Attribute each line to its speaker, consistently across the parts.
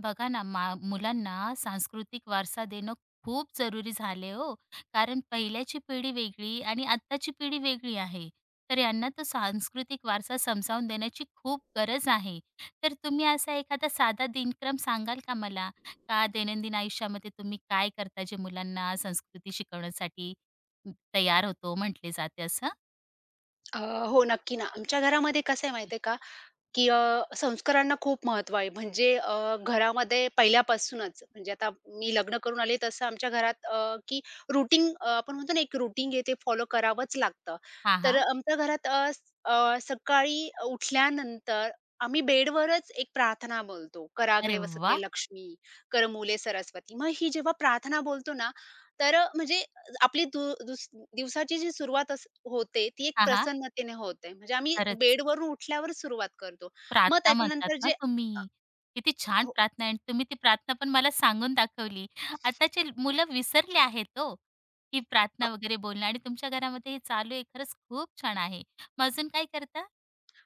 Speaker 1: बघा ना मुलांना सांस्कृतिक वारसा देणं खूप जरुरी झाले हो. कारण पहिल्याची पिढी वेगळी आणि आत्ताची पिढी वेगळी आहे. तर यांना तो सांस्कृतिक वारसा समजावून देण्याची खूप गरज आहे. तर तुम्ही असा एखादा साधा दिनक्रम सांगाल का मला, का दैनंदिन आयुष्यामध्ये तुम्ही काय करता जे मुलांना संस्कृती शिकवण्यासाठी तयार होतो म्हटले जाते असं.
Speaker 2: अ, नक्की ना. आमच्या घरामध्ये कसं आहे माहिती आहे का, की संस्कारांना खूप महत्त्व आहे. म्हणजे घरामध्ये पहिल्यापासूनच म्हणजे आता मी लग्न करून आले तसं आमच्या घरात अ, की रूटीन, आपण म्हणतो ना एक रूटीन आहे ते फॉलो करावंच लागतं.
Speaker 1: हां,
Speaker 2: तर
Speaker 1: हां.
Speaker 2: आमच्या घरात सकाळी उठल्यानंतर आम्ही बेडवरच एक प्रार्थना बोलतो. कराग्रे
Speaker 1: अरे वा.
Speaker 2: वसते लक्ष्मी, करमुले सरस्वती. मग ही जेव्हा प्रार्थना बोलतो ना, तर आपली दु दुस दिवसाची जी सुरुवात अस होते, ती एक
Speaker 1: हां, हां.
Speaker 2: प्रसन्नतेने होते. म्हणजे आम्ही
Speaker 1: खरंच.
Speaker 2: बेडवरून उठल्यावर सुरुवात करतो. मग
Speaker 1: प्रार्थना म्हणतात
Speaker 2: त्याच्यानंतर
Speaker 1: ना
Speaker 2: जे अ,
Speaker 1: तुम्ही. किती छान
Speaker 2: हो,
Speaker 1: प्रार्थना आहे, तुम्ही ती प्रार्थना पण मला सांगून दाखवली. आताची मुलं विसरली आहेत हो, ही
Speaker 2: अ,
Speaker 1: प्रार्थना वगैरे बोलणं, आणि तुमच्या घरामध्ये हे चालू आहे. खरंच खूप छान आहे. मग अजून काय करता?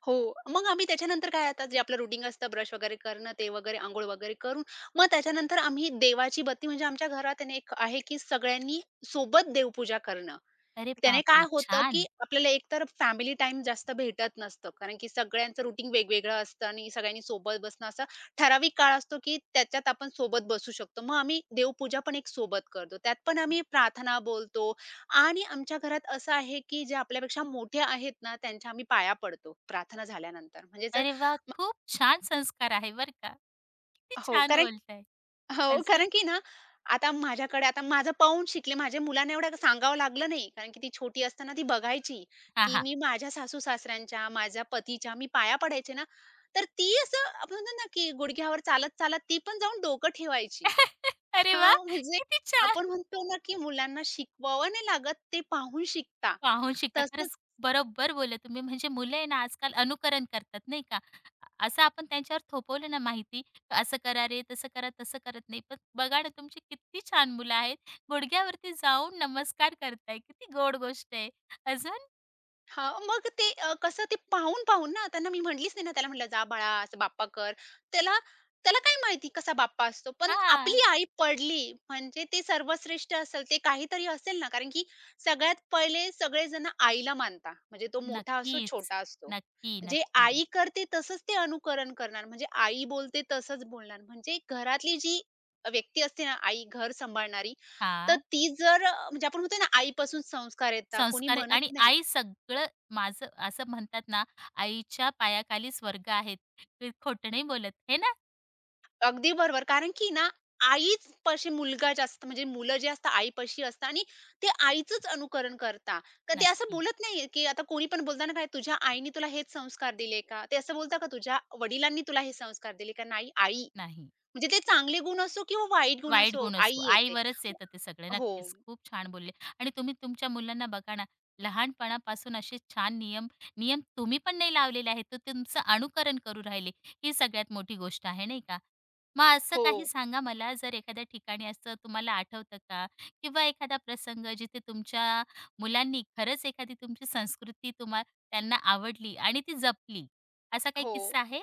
Speaker 2: हो. मग आम्ही त्याच्यानंतर काय आता जे आपलं रुटीन असतं ब्रश वगैरे करणं, ते वगैरे अंघोळ वगैरे करून मग त्याच्यानंतर आम्ही देवाची बत्ती म्हणजे आमच्या घरात आहे ना, एक आहे की सगळ्यांनी सोबत देवपूजा करणं.
Speaker 1: अरे
Speaker 2: त्याने काय
Speaker 1: बापरे!
Speaker 2: होतं, की
Speaker 1: छान.
Speaker 2: आपल्याला एकतर फॅमिली टाईम जास्त भेटत नसतं. कारण की सगळ्यांचं रुटीन वेगवेगळं असतं आणि सगळ्यांनी सोबत बसणं असा ठराविक काळ असतो, की त्याच्यात आपण सोबत बसू शकतो. मग आम्ही देवपूजा पण एक सोबत करतो. त्यात पण आम्ही प्रार्थना बोलतो आणि आमच्या घरात असं आहे, की जे आपल्यापेक्षा मोठे आहेत ना, त्यांच्या आम्ही पाया पडतो प्रार्थना झाल्यानंतर. म्हणजे जर
Speaker 1: अरे वाह! खूप छान संस्कार आहे बरं का. किती
Speaker 2: हो,
Speaker 1: छान
Speaker 2: कारण
Speaker 1: बोलताय.
Speaker 2: हो,
Speaker 1: अजून?
Speaker 2: कारण की ना, आता माझ्याकडे आता माझं पाहून शिकले. माझ्या मुलांना एवढं सांगावं लागलं नाही. कारण की ती छोटी असताना ती बघायची,
Speaker 1: हां,
Speaker 2: की
Speaker 1: हां.
Speaker 2: मी माझ्या सासू-सासऱ्यांच्या, माझ्या पतीच्या मी पाया पडायचे ना, तर ती असं आपण म्हणतो ना, की गुडघ्यावर चालत-चालत ती पण जाऊन डोकं ठेवायची.
Speaker 1: अरे वाह!
Speaker 2: हां, म्हणजे
Speaker 1: किती
Speaker 2: आपण
Speaker 1: छान.
Speaker 2: म्हणतो ना, की मुलांना शिकवावं नाही लागत, ते पाहून शिकता.
Speaker 1: पाहून शिकता.
Speaker 2: तसं
Speaker 1: खरंच बरोबर बोलले तुम्ही. म्हणजे मुलं आहे ना आजकाल अनुकरण करतात नाही का? असं आपण त्यांच्यावर थोपवलं ना माहिती, असं करा रे, तसं करा, तसं करत नाही. पण बघा ना तुमची किती छान मुलं आहेत. गुडघ्यावरती जाऊन नमस्कार करताय. किती गोड गोष्ट आहे. अजून.
Speaker 2: मग ते कसं ते पाहून-पाहून ना, त्यांना मी म्हटलीच नाही ना, त्याला म्हटलं, "जा बाळा, असं बाप्पा कर." त्याला त्याला काय माहिती कसा बाप्पा असतो. पण आपली
Speaker 1: हां.
Speaker 2: आई पडली म्हणजे ते सर्वश्रेष्ठ असेल, ते काहीतरी असेल ना, कारण की सगळ्यात पहिले सगळेजण आईला मानता. म्हणजे तो मोठा असो,
Speaker 1: नक्कीच.
Speaker 2: छोटा असतो.
Speaker 1: नक्की,
Speaker 2: जे
Speaker 1: नक्की.
Speaker 2: आई करते तसंच ते अनुकरण करणार. म्हणजे आई बोलते तसंच बोलणार. म्हणजे घरातली जी व्यक्ती असते ना, आई घर सांभाळणारी, तर
Speaker 1: हां.
Speaker 2: ती जर म्हणजे आपण म्हणतो ना, आईपासून संस्कार येतात, कोणी
Speaker 1: संस्कार आहे.
Speaker 2: म्हणत
Speaker 1: आणि
Speaker 2: नाही.
Speaker 1: आई सगळं, माझं असं म्हणतात ना, आईच्या पायाखाली स्वर्ग आहेत. ते खोटं नाही बोलत. हे ना?
Speaker 2: अगदी बरोबर. कारण की ना, आईचपाशी मुलगा जास्त म्हणजे मुलं जे असतात आईपाशी असतात आणि ते आईचंच अनुकरण करतात. तर ते असं
Speaker 1: नक्की.
Speaker 2: बोलत नाहीये, की आता कोणी पण बोलताना काय तुझ्या आईने तुला हेच संस्कार दिले का? ते असं बोलतात का तुझ्या वडिलांनी तुला हे संस्कार दिले का? नाही, आई.
Speaker 1: नाही.
Speaker 2: म्हणजे ते चांगले गुण असो किंवा वाईट गुण
Speaker 1: वाईट
Speaker 2: असो,
Speaker 1: गुण असतो.
Speaker 2: आई येते.
Speaker 1: आईवरच
Speaker 2: हो.
Speaker 1: येतं ते सगळं. नक्कीच, खूप छान बोलले. आणि तुम्ही तुमच्या मुलांना बघा ना, लहानपणापासून असे छान नियम नियम तुम्ही पण नाही लावलेले आहेत, तर तुमचं अनुकरण करू राहिले. ही सगळ्यात मोठी गोष्ट आहे, नाही का? मग असं
Speaker 2: हो.
Speaker 1: काही सांगा मला, जर एखाद्या ठिकाणी असं तुम्हाला आठवतं का? किंवा एखादा प्रसंग जिथे तुमच्या मुलांनी खरंच एखादी तुमची संस्कृती त्यांना आवडली आणि ती जपली, असा काही
Speaker 2: हो.
Speaker 1: किस्सा आहे?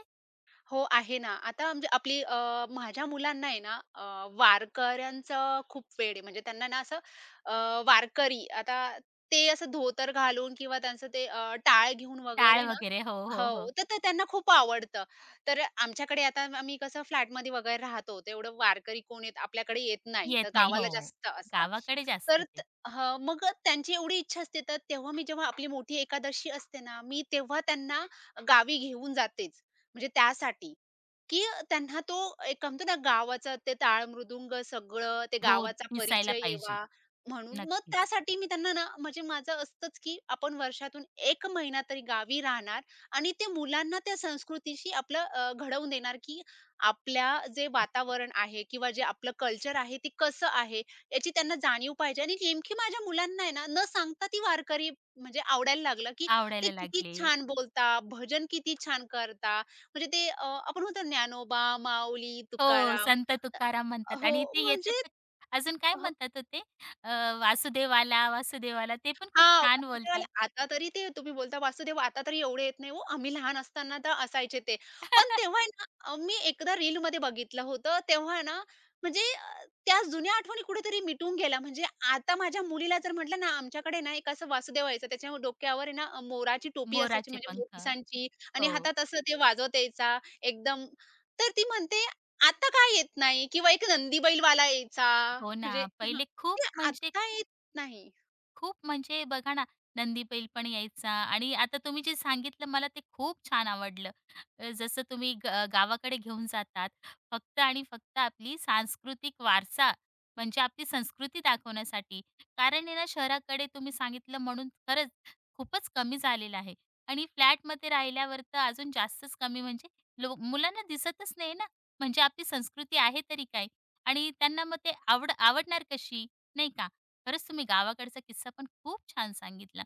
Speaker 2: हो, आहे ना. आता म्हणजे माझ्या मुलांना वारकऱ्यांचं खूप वेड आहे. म्हणजे त्यांना ना असं अ, वारकरी आता ते असं धोतर घालून किंवा त्यांचं ते टाळ घेऊन
Speaker 1: टाळ
Speaker 2: वगैरे ना
Speaker 1: वगैरे हो, हो, हो.
Speaker 2: हो, तर ते त्यांना खूप आवडतं. तर आमच्याकडे आता आम्ही कसं फ्लॅटमध्ये वगैरे राहतो, तेवढं वारकरी कोण येत आपल्याकडे येत नाही.
Speaker 1: येत
Speaker 2: तर
Speaker 1: नाही.
Speaker 2: गावाला
Speaker 1: हो.
Speaker 2: जास्त असतात.
Speaker 1: गावाकडे जास्त
Speaker 2: तर त
Speaker 1: ते.
Speaker 2: हां, मग अ, त्यांची एवढी इच्छा असते तर तेव्हा मी जेव्हा आपली मोठी एकादशी असते ना, मी तेव्हा त्यांना गावी घेऊन जातेच. म्हणजे त्यासाठी, की त्यांना तो एक म्हणतो ना गावाचा ते टाळ, मृदुंग सगळं ते
Speaker 1: हो,
Speaker 2: गावाचा
Speaker 1: दिसायला
Speaker 2: परिचय
Speaker 1: पाहिजे.
Speaker 2: यावा म्हणून. मग
Speaker 1: नक्कीच.
Speaker 2: त्यासाठी मी त्यांना ना म्हणजे माझं असतंच, की आपण वर्षातून 1 महिना तरी गावी राहणार आणि ते मुलांना त्या संस्कृतीशी घडवून देणार, की आपल्या जे वातावरण आहे किंवा जे आपलं कल्चर आहे ते कसं आहे. याची त्यांना जाणीव पाहिजे आणि नेमकी माझ्या मुलांना आहे ना, न सांगता ती वारकरी म्हणजे आवडायला लागलं, की ते
Speaker 1: आवडायला
Speaker 2: किती
Speaker 1: लागले.
Speaker 2: छान बोलता, भजन किती छान करता. म्हणजे आपण म्हणतो ना, ज्ञानोबा, माऊली,
Speaker 1: हो,
Speaker 2: तुकाराम.
Speaker 1: संत तुकाराम
Speaker 2: अ,
Speaker 1: म्हणतात
Speaker 2: हो,
Speaker 1: आणि ते येतात
Speaker 2: म्हणजे
Speaker 1: तर अजून काय म्हणतात होते. अ, वासुदेवाला ते पण खूप
Speaker 2: हां,
Speaker 1: छान बोलतात.
Speaker 2: वासुदेवाला आता तरी ते तुम्ही बोलता वासुदेव आता तरी एवढे येत नाही हो. आम्ही लहान असताना तर असायचे ते. पण तेव्हा आहे ना, मी एकदा रीलमध्ये बघितलं होतं. तेव्हा आहे ना, म्हणजे त्या जुन्या आठवणी कुठेतरी मिटून गेल्या. म्हणजे आता माझ्या मुलीला जर म्हटलं ना, आमच्याकडे ना एक असं वासुदेव यायचं. त्याच्या डोक्यावर आहे ना, मोराची टोपी असायची
Speaker 1: मोराचे
Speaker 2: म्हणजे
Speaker 1: पंख.
Speaker 2: मोरपिसांची आणि
Speaker 1: हो.
Speaker 2: हातात असं ते वाजवत यायचा एकदम. तर ती म्हणते, "आता काय येत नाही?" किंवा एक नंदी बैलवाला यायचा.
Speaker 1: हो ना.
Speaker 2: म्हणजे
Speaker 1: पहिले खूप
Speaker 2: ते
Speaker 1: म्हणजे,
Speaker 2: आता येत नाही.
Speaker 1: खूप म्हणजे बघा ना, नंदी बैल पण यायचा, आणि आता तुम्ही जे सांगितलं मला ते खूप छान आवडलं. जसं तुम्ही गावाकडे घेऊन जातात. फक्त आणि फक्त आपली सांस्कृतिक वारसा, म्हणजे आपली संस्कृती दाखवण्यासाठी. कारण आहे ना, शहराकडे तुम्ही सांगितलं म्हणून, खरंच खूपच कमी झालेलं आहे आणि फ्लॅटमध्ये राहिल्यावर तर अजून जास्तच कमी, म्हणजे मुलांना दिसतच नाही ना, म्हणजे आपली संस्कृती आहे तरी काय, आणि त्यांना मग ते आवडणार कशी, नाही का? खरंच तुम्ही गावाकडचा किस्सा पण खूप छान सांगितला.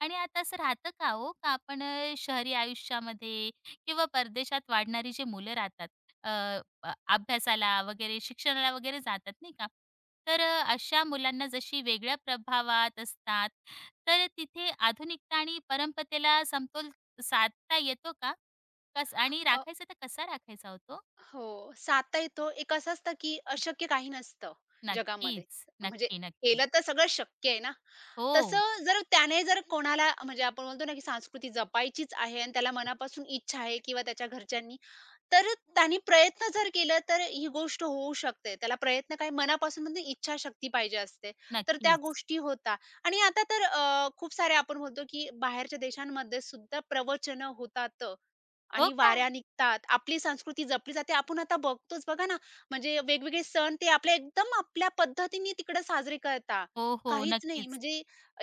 Speaker 1: आणि आता असं राहतं का हो, का आपण शहरी आयुष्यामध्ये किंवा परदेशात वाढणारी जे मुलं राहतात, अ, अ, अभ्यासाला वगैरे, शिक्षणाला वगैरे जातात नाही का? तर अशा मुलांना जशी वेगळ्या प्रभावात असतात, तर तिथे आधुनिकता आणि परमपतेला समतोल साधता येतो का? कस आणि राखायचा तर कसा राखायचा हो.
Speaker 2: हो, साधता येतो. एक असं असतं, की अशक्य काही नसतं जगामध्ये.
Speaker 1: नक्कीच.
Speaker 2: म्हणजे
Speaker 1: नक्की, नक्की.
Speaker 2: केलं तर सगळं शक्य आहे ना.
Speaker 1: हो,
Speaker 2: तसं जर त्याने जर कोणाला म्हणजे आपण बोलतो ना, की संस्कृती जपायचीच आहे आणि त्याला मनापासून इच्छा आहे किंवा त्याच्या घरच्यांनी, तर त्याने प्रयत्न जर केला तर ही गोष्ट होऊ शकते. त्याला प्रयत्न काय मनापासून म्हणजे इच्छाशक्ती पाहिजे असते. तर त्या
Speaker 1: नक्कीच.
Speaker 2: गोष्टी होतात. आणि आता तर खूप सारे आपण म्हणतो, की बाहेरच्या देशांमध्ये सुद्धा प्रवचनं होतात.
Speaker 1: हो
Speaker 2: आणि
Speaker 1: का?
Speaker 2: वाऱ्या निघतात. आपली संस्कृती जपली जाते. आपण आता बघतोच बघा ना, म्हणजे वेगवेगळे सण ते आपल्या एकदम आपल्या पद्धतीने तिकडे साजरे करतात.
Speaker 1: हो, हो.
Speaker 2: काहीच नाही
Speaker 1: नक्कीच.
Speaker 2: म्हणजे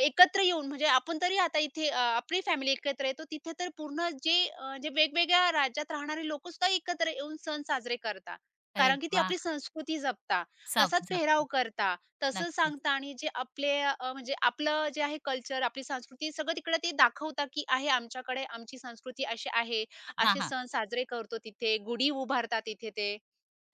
Speaker 2: एकत्र येऊन म्हणजे आपण तरी आता इथे आपली फॅमिली एकत्र येतो. तिथे तर पूर्ण जे वेगवेगळ्या राज्यात राहणारे लोकंसुद्धा एकत्र येऊन सण साजरे करतात.
Speaker 1: अरे
Speaker 2: कारण की ती
Speaker 1: वा.
Speaker 2: आपली संस्कृती जपतात.
Speaker 1: सब
Speaker 2: तसाच पेहराव
Speaker 1: जगतात.
Speaker 2: करतात. तसं
Speaker 1: नक्कीच.
Speaker 2: सांगतात आणि जे आपले अ, म्हणजे आपलं जे आहे कल्चर, आपली संस्कृती सगळं तिकडे ते दाखवतात, की आहे आमच्याकडे आमची संस्कृती अशी आहे.
Speaker 1: हां,
Speaker 2: असे
Speaker 1: हां.
Speaker 2: सण साजरे करतो तिथे, गुढी उभारतात तिथे ते.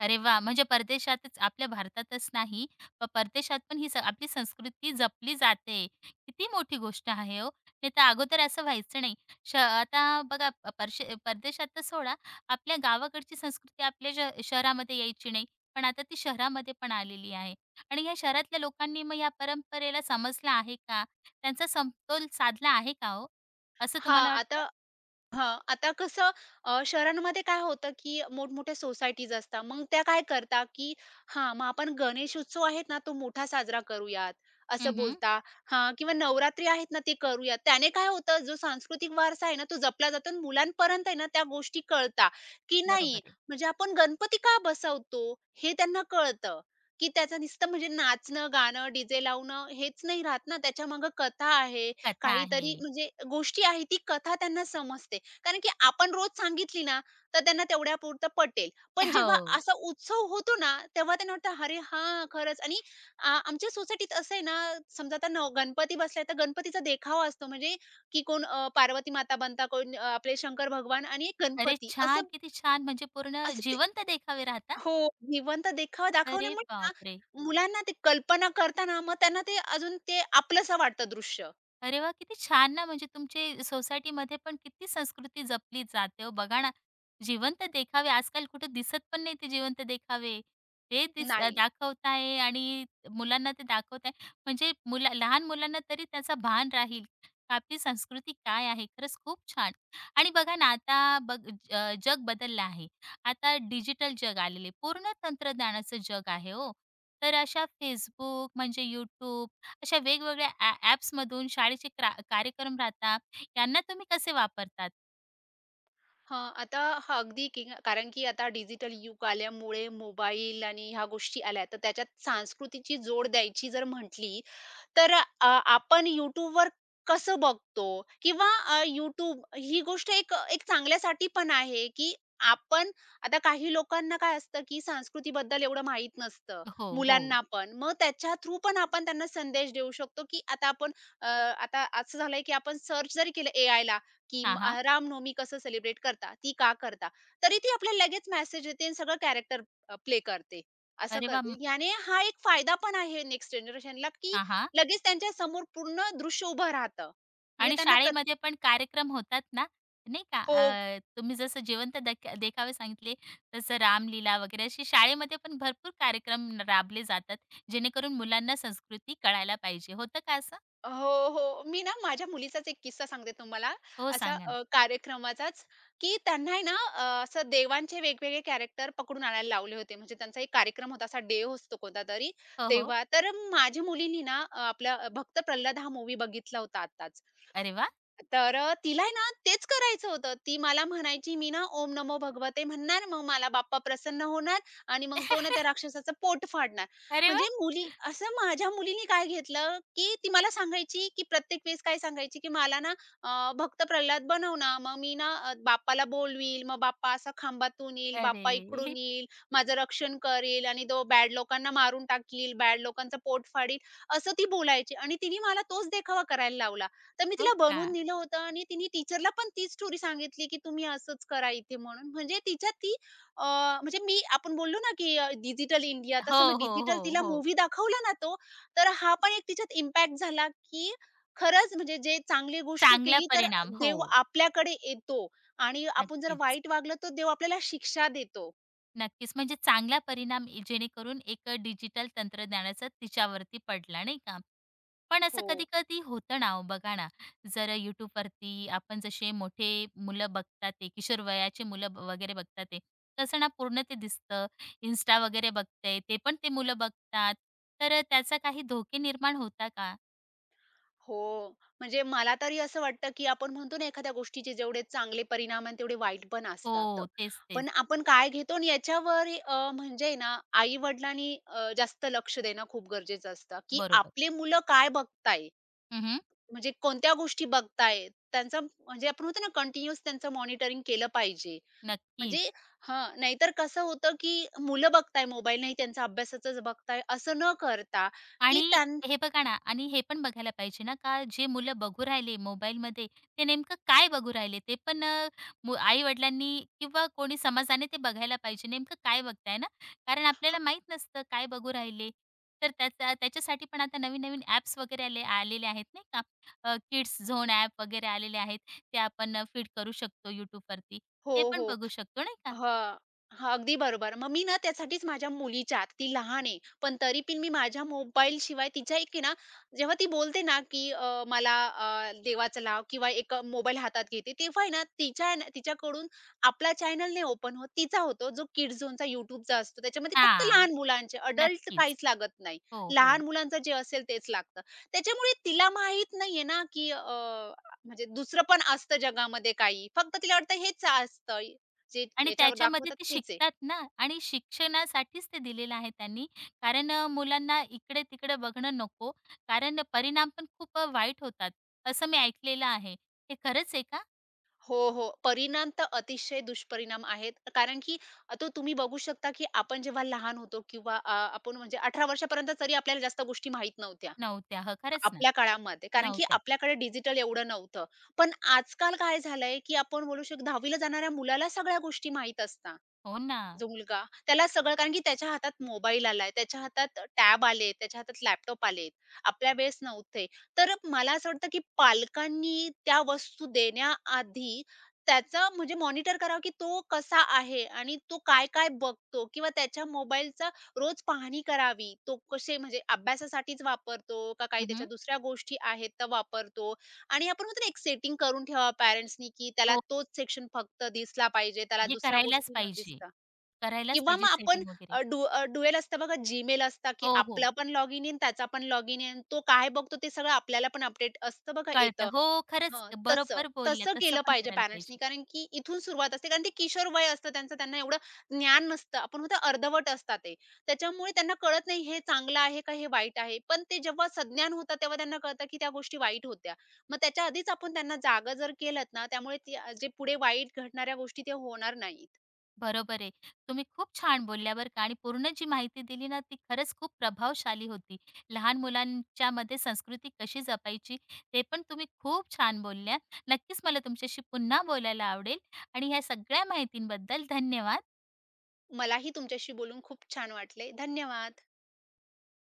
Speaker 1: अरे वाह! म्हणजे परदेशातच आपल्या भारतातच नाही, परदेशात पण ही आपली संस्कृती जपली जाते. किती मोठी गोष्ट आहे हो. नाही तर अगोदर असं व्हायचं नाही. आता बघा, प परशे परदेशात तर सोडा, आपल्या गावाकडची संस्कृती आपल्या शहरामध्ये यायची नाही. पण आता ती शहरामध्ये पण आलेली आहे. आणि ह्या शहरातल्या लोकांनी मग या परंपरेला समजलं आहे का? त्यांचा समतोल साधला आहे का हो? असं
Speaker 2: हां,
Speaker 1: तुम्हाला
Speaker 2: आता
Speaker 1: वाटतं?
Speaker 2: हां, आता कसं अ, शहरांमध्ये काय होतं, की मोठमोठ्या सोसायटीज असतात. मग त्या काय करतात, की हां, मग आपण गणेश उत्सव आहेत ना, तो मोठा साजरा करूयात,
Speaker 1: हं,
Speaker 2: असं
Speaker 1: हं.
Speaker 2: बोलता हां, किंवा नवरात्री आहेत ना, ते करूयात. त्याने काय होतं, जो सांस्कृतिक वारसा आहे ना, तो जपला जातो आणि मुलांपर्यंत आहे ना, त्या गोष्टी कळतात, की नाही
Speaker 1: बरोबर आहे.
Speaker 2: म्हणजे आपण गणपती का बसवतो, हे त्यांना कळतं, की त्याचं नुसतं म्हणजे नाचणं, गाणं, डी लावणं हेच नाही राहत ना, त्याच्यामागे कथा आहे,
Speaker 1: कथा आहे.
Speaker 2: काहीतरी म्हणजे गोष्टी आहे, ती कथा त्यांना समजते. कारण की आपण रोज सांगितली ना, तर त्यांना तेवढ्यापुरतं पटेल. पण जेव्हा
Speaker 1: हो.
Speaker 2: असा उत्सव होतो ना, तेव्हा त्यांना वाटतं, "अरे हां, खरंच." आणि आमच्या सोसायटीत असं आहे ना, समजा आता नव गणपती बसलाय, तर गणपतीचा देखावा असतो. म्हणजे की कोण पार्वती माता बनतात, कोण आपले शंकर भगवान आणि एक
Speaker 1: अरे
Speaker 2: गणपती. असं
Speaker 1: छान! किती छान! म्हणजे पूर्ण
Speaker 2: असं ते
Speaker 1: जिवंत देखावे राहतात.
Speaker 2: हो, जिवंत देखावा
Speaker 1: अरे
Speaker 2: दाखवल्यामुळे ना,
Speaker 1: बापरे!
Speaker 2: मुलांना ते कल्पना करताना मग त्यांना ते अजून ते आपलंसं वाटतं दृश्य.
Speaker 1: अरे वाह! किती छान ना, म्हणजे तुमची सोसायटीमध्ये पण किती संस्कृती जपली जाते हो. बघा ना, जिवंत देखावे आजकाल कुठे दिसत पण नाही ते जिवंत देखावे.
Speaker 2: नाही.
Speaker 1: दाखवताय आणि मुलांना ते दाखवताय. म्हणजे लहान मुलांना तरी त्याचा भान राहील, का आपली संस्कृती काय आहे. खरंच खूप छान. आणि बघा ना, आता जग बदललं आहे. आता डिजिटल जग आलेलं पूर्ण तंत्रज्ञानाचं जग आहे हो. तर अशा Facebook, म्हणजे YouTube, अशा वेगवेगळ्या ॲप्समधून शाळेचे कार्यक्रम राहतात, यांना तुम्ही कसे वापरतात?
Speaker 2: हां, आता अगदी की कारण की आता डिजिटल युग आल्यामुळे मोबाईल आणि ह्या गोष्टी आल्या, तर त्याच्यात संस्कृतीची जोड द्यायची जर म्हटली, तर आपण YouTubeवर कसं बघतो किंवा YouTube ही गोष्ट एक एक चांगल्यासाठी पण आहे, की आपण आता काही लोकांना काय असतं, की संस्कृतीबद्दल एवढं माहीत नसतं,
Speaker 1: हो, हो.
Speaker 2: मुलांना पण. मग त्याच्या थ्रू पण आपण त्यांना संदेश देऊ शकतो, की आता आता असं झालंय, की आपण सर्च जरी केलं एआयला, की
Speaker 1: हां, हां.
Speaker 2: रामनवमी कसं सेलिब्रेट करता, ती का करता, तरी ती आपल्याला लगेच मेसेज देते आणि सगळं कॅरेक्टर प्ले करते, असं
Speaker 1: अरे वाह!
Speaker 2: करते. याने हा एक फायदा पण आहे नेक्स्ट जनरेशनला, की
Speaker 1: हां, हां.
Speaker 2: लगेच त्यांच्या समोर पूर्ण दृश्य उभं राहतं. म्हणजे
Speaker 1: आणि
Speaker 2: त्यांना प्रत
Speaker 1: शाळेमध्ये पण कार्यक्रम होतात ना, नाही का?
Speaker 2: हो.
Speaker 1: तुम्ही जसं जिवंत देखावे सांगितले, तसं रामलीला वगैरे असे शाळेमध्ये पण भरपूर कार्यक्रम राबले जातात, जेणेकरून मुलांना संस्कृती कळायला पाहिजे. होतं का असं?
Speaker 2: हो, हो. मी ना माझ्या मुलीचाच एक किस्सा सांगते तुम्हाला.
Speaker 1: हो,
Speaker 2: असा
Speaker 1: सांगा ना.
Speaker 2: अ, कार्यक्रमाचाच, की त्यांना आहे ना असं देवांचे वेगवेगळे कॅरेक्टर पकडून आणायला लावले होते. म्हणजे त्यांचा एक कार्यक्रम होता, असा डे असतो कोणतातरी
Speaker 1: हो, हो.
Speaker 2: तेव्हा. तर माझ्या मुलीनी आपला भक्त प्रल्हाद हा मूव्ही बघितला होता आत्ताच.
Speaker 1: अरे वाह!
Speaker 2: तर तिला आहे ना तेच करायचं होतं. ती मला म्हणायची, "मी ना ओम नमो भगवते म्हणणार, मग मला बाप्पा प्रसन्न होणार आणि मग तो ना त्या राक्षसाचं पोट फाडणार."
Speaker 1: अरे
Speaker 2: म्हणजे
Speaker 1: वाह!
Speaker 2: मुली असं माझ्या मुलीने काय घेतलं, की ती मला सांगायची, की प्रत्येक वेळेस काय सांगायची, की "मला ना भक्त प्रल्हाद बनव ना, मग मी ना बाप्पाला बोलवील, मग बाप्पा असा खांबातून येईल, बाप्पा
Speaker 1: अरे!
Speaker 2: इकडून येईल, माझं रक्षण करेल आणि तो बॅड लोकांना मारून टाकील, बॅड लोकांचं पोट फाडील." असं ती बोलायची आणि तिने मला तोच देखावा करायला लावला. तर मी
Speaker 1: हो
Speaker 2: तिला
Speaker 1: का?
Speaker 2: बनवून दिलं होतं आणि तिने टीचरला पण तीच स्टोरी सांगितली, की "तुम्ही असंच करा इथे" म्हणून. म्हणजे तिच्यात ती अ, म्हणजे मी आपण बोललो ना, की डिजिटल इंडिया तसं मग
Speaker 1: हो, हो,
Speaker 2: डिजिटल
Speaker 1: हो,
Speaker 2: तिला
Speaker 1: हो.
Speaker 2: मूव्ही दाखवला ना तो, तर हा पण एक तिच्यात इम्पॅक्ट झाला, की खरंच म्हणजे जे चांगली गोष्ट
Speaker 1: चांगला
Speaker 2: केली तर
Speaker 1: परिणाम. हो.
Speaker 2: देव आपल्याकडे येतो आणि आपण जर
Speaker 1: नक्कीच,
Speaker 2: वाईट वागलो तर देव आपल्याला शिक्षा देतो.
Speaker 1: नक्कीच. म्हणजे चांगला परिणाम ए जेणेकरून एक डिजिटल तंत्रज्ञानाचा तिच्यावरती पडला, नाही का? पण असं
Speaker 2: हो.
Speaker 1: कधी-कधी होतं ना ओ, बघा ना, जर YouTubeवरती आपण जसे मोठे मुलं बघतात ते, किशोर वयाचे मुलं वगैरे बघतात ते, तसं ना पूर्ण ते दिसतं. Insta वगैरे बघते, ते पण ते मुलं बघतात. तर त्याचा काही धोके निर्माण होता का?
Speaker 2: हो. म्हणजे मला तरी असं वाटतं, की आपण म्हणतो ना एखाद्या गोष्टीचे जेवढे चांगले परिणाम आणि तेवढे वाईट पण असतात.
Speaker 1: हो, तेच, तेच.
Speaker 2: पण आपण काय घेतो आणि याच्यावर अ, म्हणजे ना आई-वडिलांनी जास्त लक्ष देणं खूप गरजेचं असतं, की
Speaker 1: बरोबर.
Speaker 2: आपले मुलं काय बघताय?
Speaker 1: हं,
Speaker 2: म्हणजे कोणत्या गोष्टी बघतायत? त्यांचं म्हणजे आपण म्हणतो ना कंटिन्यूअस त्यांचं मॉनिटरिंग केलं पाहिजे. म्हणजे
Speaker 1: नक्कीच.
Speaker 2: नाहीतर कसं होतं, की मुलं बघताय मोबाईल नाही त्यांचा अभ्यासाचंच बघताय असं न करता, की
Speaker 1: आणि
Speaker 2: त्यां
Speaker 1: हे बघा ना, आणि हे पण बघायला पाहिजे ना, का जे मुलं बघू राहिले मोबाईलमध्ये ते नेमकं काय बघू राहिले, ते पण आई-वडिलांनी किंवा कोणी समाजाने ते बघायला पाहिजे, नेमकं काय बघताय ना, कारण आपल्याला माहीत नसतं काय बघू राहिले. तर त्याचा त्याच्यासाठी पण आता नवीन-नवीन ॲप्स वगैरे आलेले आहेत नाही का. किड्स झोन ॲप वगैरे आलेले आहेत. ते आपण फीड करू शकतो YouTubeवरती.
Speaker 2: हो,
Speaker 1: ते पण
Speaker 2: हो.
Speaker 1: बघू शकतो नाही का?
Speaker 2: हां. हां, अगदी बरोबर. मग मी ना त्यासाठीच माझ्या मुलीच्या ती लहान आहे, पण तरी पण मी माझ्या मोबाईलशिवाय तिच्या एक आहे ना, जेव्हा ती बोलते ना, की देवाचं लाव किंवा एक मोबाईल हातात घेते, तेव्हा आहे ना तिच्या आहे ना तिच्याकडून आपला चॅनल नाही ओपन होत, तिचा होतो, जो किड्स झोनचा YouTubeचा असतो. त्याच्यामध्ये फक्त
Speaker 1: हां,
Speaker 2: लहान मुलांचे, अडल्ट
Speaker 1: नक्कीच.
Speaker 2: काहीच लागत नाही.
Speaker 1: हो, हो.
Speaker 2: लहान मुलांचं जे असेल तेच लागतं. त्याच्यामुळे तिला माहीत नाहीये ना, की अ, म्हणजे दुसरं पण असतं जगामध्ये काही. फक्त तिला वाटतं हेच असतं. जे
Speaker 1: आणि
Speaker 2: याच्यावर
Speaker 1: त्याच्यामध्ये
Speaker 2: दाखवतात
Speaker 1: ते
Speaker 2: तेच आहे.
Speaker 1: शिकतात ना, आणि शिक्षणासाठीच ते दिलेलं आहे त्यांनी. कारण मुलांना इकडे-तिकडे बघणं नको, कारण परिणाम पण खूप वाईट होतात, असं मी ऐकलेलं आहे. हे खरंच आहे का?
Speaker 2: हो, हो. परिणाम तर अतिशय दुष्परिणाम आहेत. कारण की तो तुम्ही बघू शकता, की आपण जेव्हा लहान होतो किंवा आपण म्हणजे 18 वर्षापर्यंत तरी आपल्याला जास्त गोष्टी माहीत नव्हत्या.
Speaker 1: नव्हत्या. हं, खरंच ना.
Speaker 2: आपल्या काळामध्ये. कारण की
Speaker 1: नव्हत्या.
Speaker 2: आपल्याकडे डिजिटल एवढं नव्हतं. पण आजकाल काय झालंय, की आपण बोलू शकतो 10वी जाणाऱ्या मुलाला सगळ्या गोष्टी माहीत असतात.
Speaker 1: हो ना.
Speaker 2: जो मुलगा त्याला सगळं कारण की त्याच्या हातात मोबाईल आलाय, त्याच्या हातात टॅब आले, त्याच्या हातात लॅपटॉप आले. आपल्या वेळेस नव्हते. तर मला असं वाटतं, की पालकांनी त्या वस्तू देण्याआधी त्याचा म्हणजे मॉनिटर करावं, की तो कसा आहे आणि तो काय-काय बघतो किंवा त्याच्या मोबाईलचा रोज पाहणी करावी. तो कसे म्हणजे अभ्यासासाठीच वापरतो का काही
Speaker 1: हं,
Speaker 2: त्याच्या दुसऱ्या गोष्टी आहेत त्या वापरतो आणि आपण म्हणतो ना, एक सेटिंग करून ठेवावं पॅरेंट्सनी, की त्याला
Speaker 1: हो,
Speaker 2: तोच सेक्शन फक्त दिसला पाहिजे, त्याला
Speaker 1: हे
Speaker 2: दुसऱ्या
Speaker 1: करायलाच
Speaker 2: गोष्टी न
Speaker 1: पाहिजे.
Speaker 2: दिसता.
Speaker 1: करायलाच
Speaker 2: किंवा
Speaker 1: पाहिजे
Speaker 2: मग आपण
Speaker 1: सेटिंग वगैरे.
Speaker 2: अ, डू अ, डुएल असतं बघा, Gmail असतं, की
Speaker 1: हो, हो.
Speaker 2: आपला पण लॉग इन इन, त्याचा पण लॉग इन इन. तो काय बघतो ते सगळं आपल्याला पण अपडेट असतं बघा
Speaker 1: कळतं.
Speaker 2: येतं.
Speaker 1: हो, खरंच
Speaker 2: हं, तसं.
Speaker 1: बरोबर बोलल्या.
Speaker 2: तसं
Speaker 1: तसं
Speaker 2: केलं
Speaker 1: पण
Speaker 2: पाहिजे
Speaker 1: करायला
Speaker 2: पॅरेंट्सनी
Speaker 1: पाहिजे.
Speaker 2: कारण की इथून सुरुवात असते कारण ते किशोर वय असतं त्यांचं, त्यांना एवढं ज्ञान नसतं. आपण म्हणतो अर्धवट असतात ते. त्याच्यामुळे त्यांना कळत नाही हे चांगलं आहे का हे वाईट आहे. पण ते जेव्हा सज्ञान होतात तेव्हा त्यांना कळतं, की त्या गोष्टी वाईट होत्या. मग त्याच्या आधीच आपण त्यांना जागं जर केलत ना, त्यामुळे ते जे पुढे वाईट घडणाऱ्या गोष्टी ते होणार नाहीत.
Speaker 1: बरोबर आहे. तुम्ही खूप छान बोलल्या बरं का, आणि पूर्ण जी माहिती दिली ना, ती खरंच खूप प्रभावशाली होती. लहान मुलांच्यामध्ये संस्कृती कशी जपायची, ते पण तुम्ही खूप छान बोलल्या. नक्कीच मला तुमच्याशी पुन्हा बोलायला आवडेल, आणि ह्या सगळ्या माहितींबद्दल धन्यवाद.
Speaker 2: मलाही तुमच्याशी बोलून खूप छान वाटले. धन्यवाद.